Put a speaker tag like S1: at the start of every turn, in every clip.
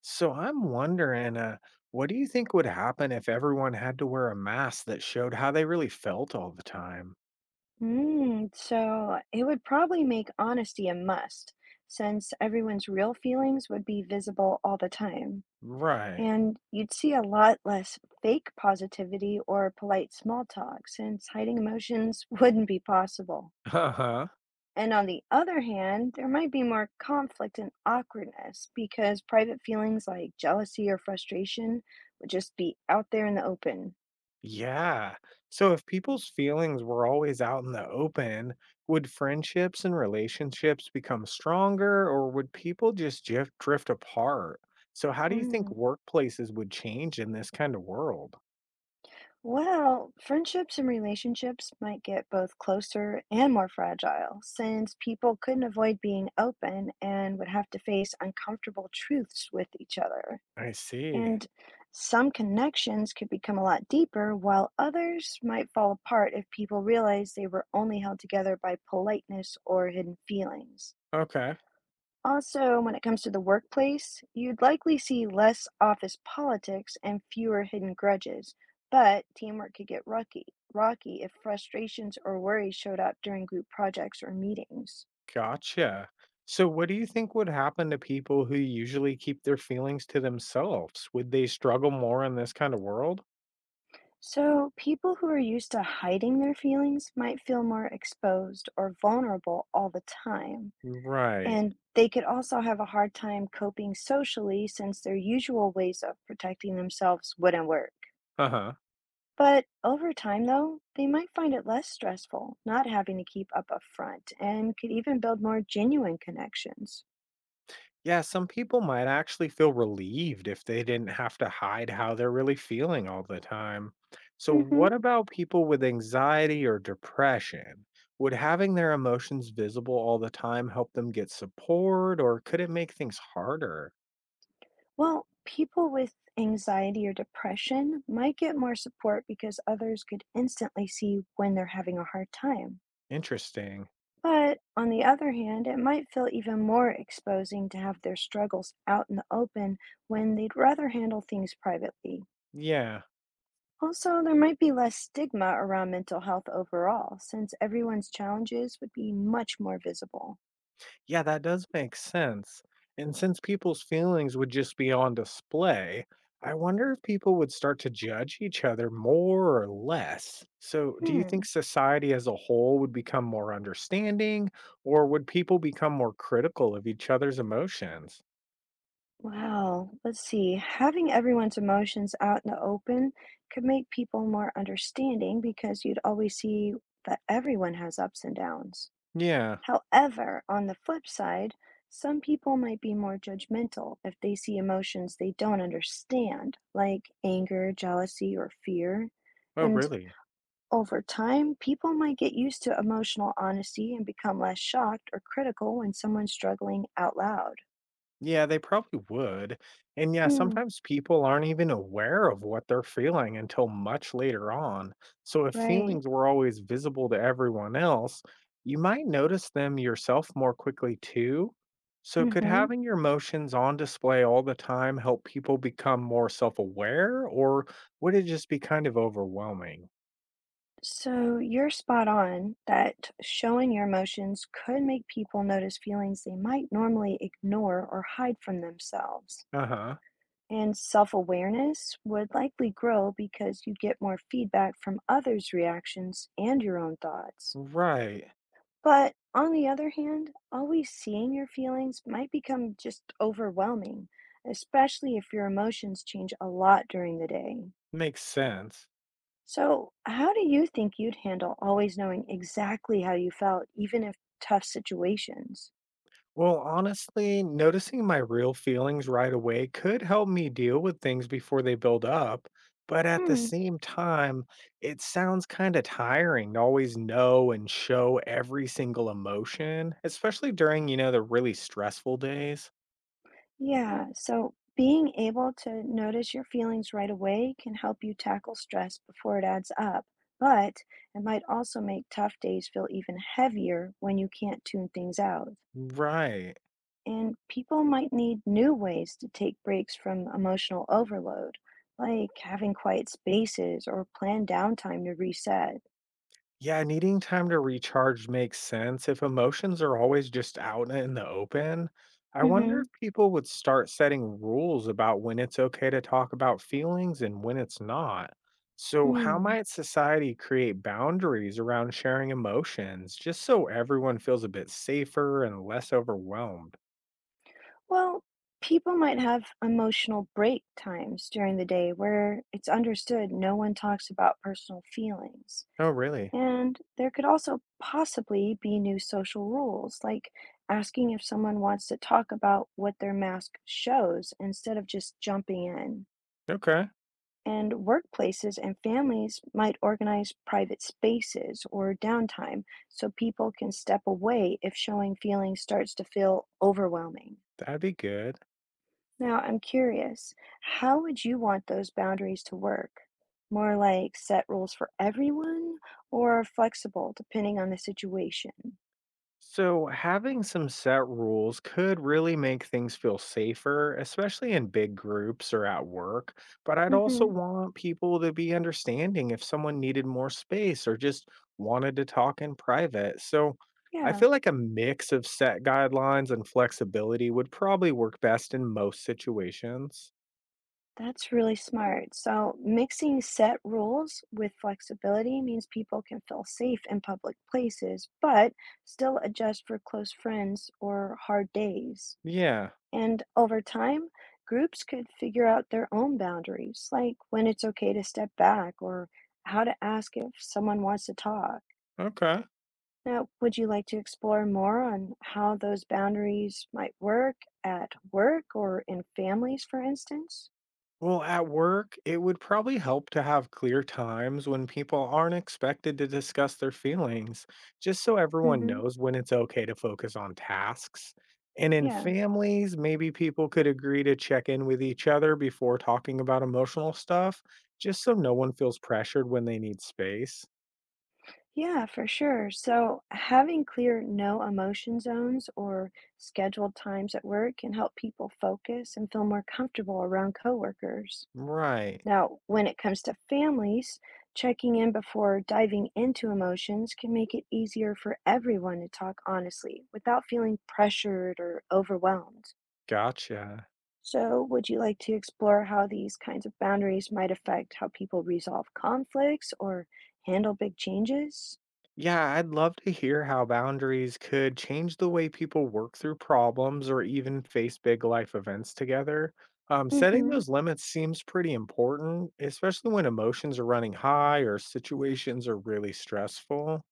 S1: So I'm wondering, what do you think would happen if everyone had to wear a mask that showed how they really felt all the time?
S2: So it would probably make honesty a must, since everyone's real feelings would be visible all the time.
S1: Right.
S2: And you'd see a lot less fake positivity or polite small talk, since hiding emotions wouldn't be possible.
S1: Uh huh.
S2: And on the other hand, there might be more conflict and awkwardness because private feelings like jealousy or frustration would just be out there in the open.
S1: Yeah. So if people's feelings were always out in the open, would friendships and relationships become stronger, or would people just drift apart? So how do you think
S2: Mm.
S1: workplaces would change in this kind of world?
S2: Well, friendships and relationships might get both closer and more fragile since people couldn't avoid being open and would have to face uncomfortable truths with each other.
S1: I see.
S2: And some connections could become a lot deeper, while others might fall apart if people realize they were only held together by politeness or hidden feelings.
S1: Okay.
S2: Also, when it comes to the workplace, you'd likely see less office politics and fewer hidden grudges, but teamwork could get rocky if frustrations or worries showed up during group projects or meetings.
S1: Gotcha. So, what do you think would happen to people who usually keep their feelings to themselves? Would they struggle more in this kind of world?
S2: So, people who are used to hiding their feelings might feel more exposed or vulnerable all the time.
S1: Right.
S2: And they could also have a hard time coping socially since their usual ways of protecting themselves wouldn't work.
S1: Uh huh.
S2: But over time, though, they might find it less stressful not having to keep up a front and could even build more genuine connections.
S1: Yeah, some people might actually feel relieved if they didn't have to hide how they're really feeling all the time. So,
S2: hmm
S1: what about people with anxiety or depression? Would having their emotions visible all the time help them get support, or could it make things harder?
S2: Well, people with anxiety or depression might get more support because others could instantly see when they're having a hard time.
S1: Interesting.
S2: But on the other hand, it might feel even more exposing to have their struggles out in the open when they'd rather handle things privately.
S1: Yeah.
S2: Also, there might be less stigma around mental health overall, since everyone's challenges would be much more visible.
S1: Yeah, that does make sense. And since people's feelings would just be on display, I wonder if people would start to judge each other more or less. So, do you
S2: Hmm.
S1: think society as a whole would become more understanding, or would people become more critical of each other's emotions?
S2: Well, let's see. Having everyone's emotions out in the open could make people more understanding because you'd always see that everyone has ups and downs.
S1: Yeah.
S2: However, on the flip side, some people might be more judgmental if they see emotions they don't understand, like anger, jealousy, or fear.
S1: Oh,
S2: And
S1: really?
S2: over time, people might get used to emotional honesty and become less shocked or critical when someone's struggling out loud.
S1: Yeah, they probably would. And yeah,
S2: Mm,
S1: sometimes people aren't even aware of what they're feeling until much later on. So if
S2: right.
S1: feelings were always visible to everyone else, you might notice them yourself more quickly too. So could
S2: Mm-hmm.
S1: having your emotions on display all the time help people become more self-aware, or would it just be kind of overwhelming?
S2: So you're spot on that showing your emotions could make people notice feelings they might normally ignore or hide from themselves.
S1: Uh-huh.
S2: And self awareness would likely grow because you get more feedback from others' reactions and your own thoughts.
S1: Right.
S2: But on the other hand, always seeing your feelings might become just overwhelming, especially if your emotions change a lot during the day.
S1: Makes sense.
S2: So, how do you think you'd handle always knowing exactly how you felt, even if tough situations?
S1: Well, honestly, noticing my real feelings right away could help me deal with things before they build up. But at the
S2: Hmm,
S1: same time, it sounds kind of tiring to always know and show every single emotion, especially during, you know, the really stressful days.
S2: yeah, so being able to notice your feelings right away can help you tackle stress before it adds up, but it might also make tough days feel even heavier when you can't tune things out.
S1: Right.
S2: And people might need new ways to take breaks from emotional overload, like having quiet spaces or planned downtime to reset.
S1: Yeah, needing time to recharge makes sense. If emotions are always just out in the open, I wonder
S2: hmm
S1: if people would start setting rules about when it's okay to talk about feelings and when it's not. So, how
S2: Mm.
S1: might society create boundaries around sharing emotions just so everyone feels a bit safer and less overwhelmed?
S2: Well, people might have emotional break times during the day where it's understood no one talks about personal feelings.
S1: Oh, really?
S2: And there could also possibly be new social rules, like asking if someone wants to talk about what their mask shows instead of just jumping in.
S1: Okay,
S2: And workplaces and families might organize private spaces or downtime so people can step away if showing feelings starts to feel overwhelming.
S1: that'd be good.
S2: Now, I'm curious, how would you want those boundaries to work? More like set rules for everyone or flexible depending on the situation?
S1: So, having some set rules could really make things feel safer, especially in big groups or at work. But I'd also
S2: hmm
S1: want people to be understanding if someone needed more space or just wanted to talk in private. So, I
S2: Yeah.
S1: feel like a mix of set guidelines and flexibility would probably work best in most situations.
S2: That's really smart. So, mixing set rules with flexibility means people can feel safe in public places, but still adjust for close friends or hard days.
S1: Yeah.
S2: And over time, groups could figure out their own boundaries, like when it's okay to step back or how to ask if someone wants to talk.
S1: Okay.
S2: Now, would you like to explore more on how those boundaries might work at work or in families, for instance?
S1: Well, at work, it would probably help to have clear times when people aren't expected to discuss their feelings, just so everyone
S2: hmm
S1: knows when it's okay to focus on tasks. And in
S2: Yeah.
S1: families, maybe people could agree to check in with each other before talking about emotional stuff, just so no one feels pressured when they need space.
S2: Yeah, for sure. So, having clear no emotion zones or scheduled times at work can help people focus and feel more comfortable around coworkers.
S1: Right.
S2: Now, when it comes to families, checking in before diving into emotions can make it easier for everyone to talk honestly without feeling pressured or overwhelmed.
S1: Gotcha.
S2: So, would you like to explore how these kinds of boundaries might affect how people resolve conflicts or handle big changes?
S1: Yeah, I'd love to hear how boundaries could change the way people work through problems or even face big life events together. Setting
S2: hmm
S1: those limits seems pretty important, especially when emotions are running high or situations are really stressful.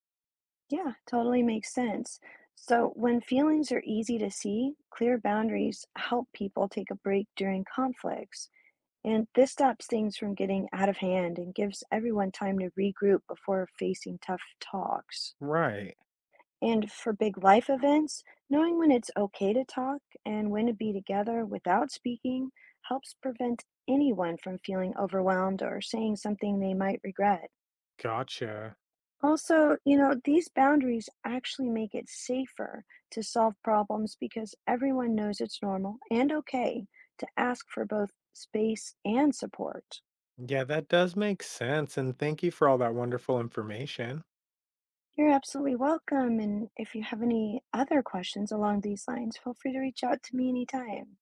S2: Yeah, totally makes sense. So, when feelings are easy to see, clear boundaries help people take a break during conflicts. And this stops things from getting out of hand and gives everyone time to regroup before facing tough talks.
S1: Right.
S2: And for big life events, knowing when it's okay to talk and when to be together without speaking helps prevent anyone from feeling overwhelmed or saying something they might regret.
S1: Gotcha.
S2: Also, you know, these boundaries actually make it safer to solve problems because everyone knows it's normal and okay to ask for both space and support.
S1: Yeah, that does make sense. And thank you for all that wonderful information.
S2: You're absolutely welcome. And if you have any other questions along these lines, feel free to reach out to me anytime.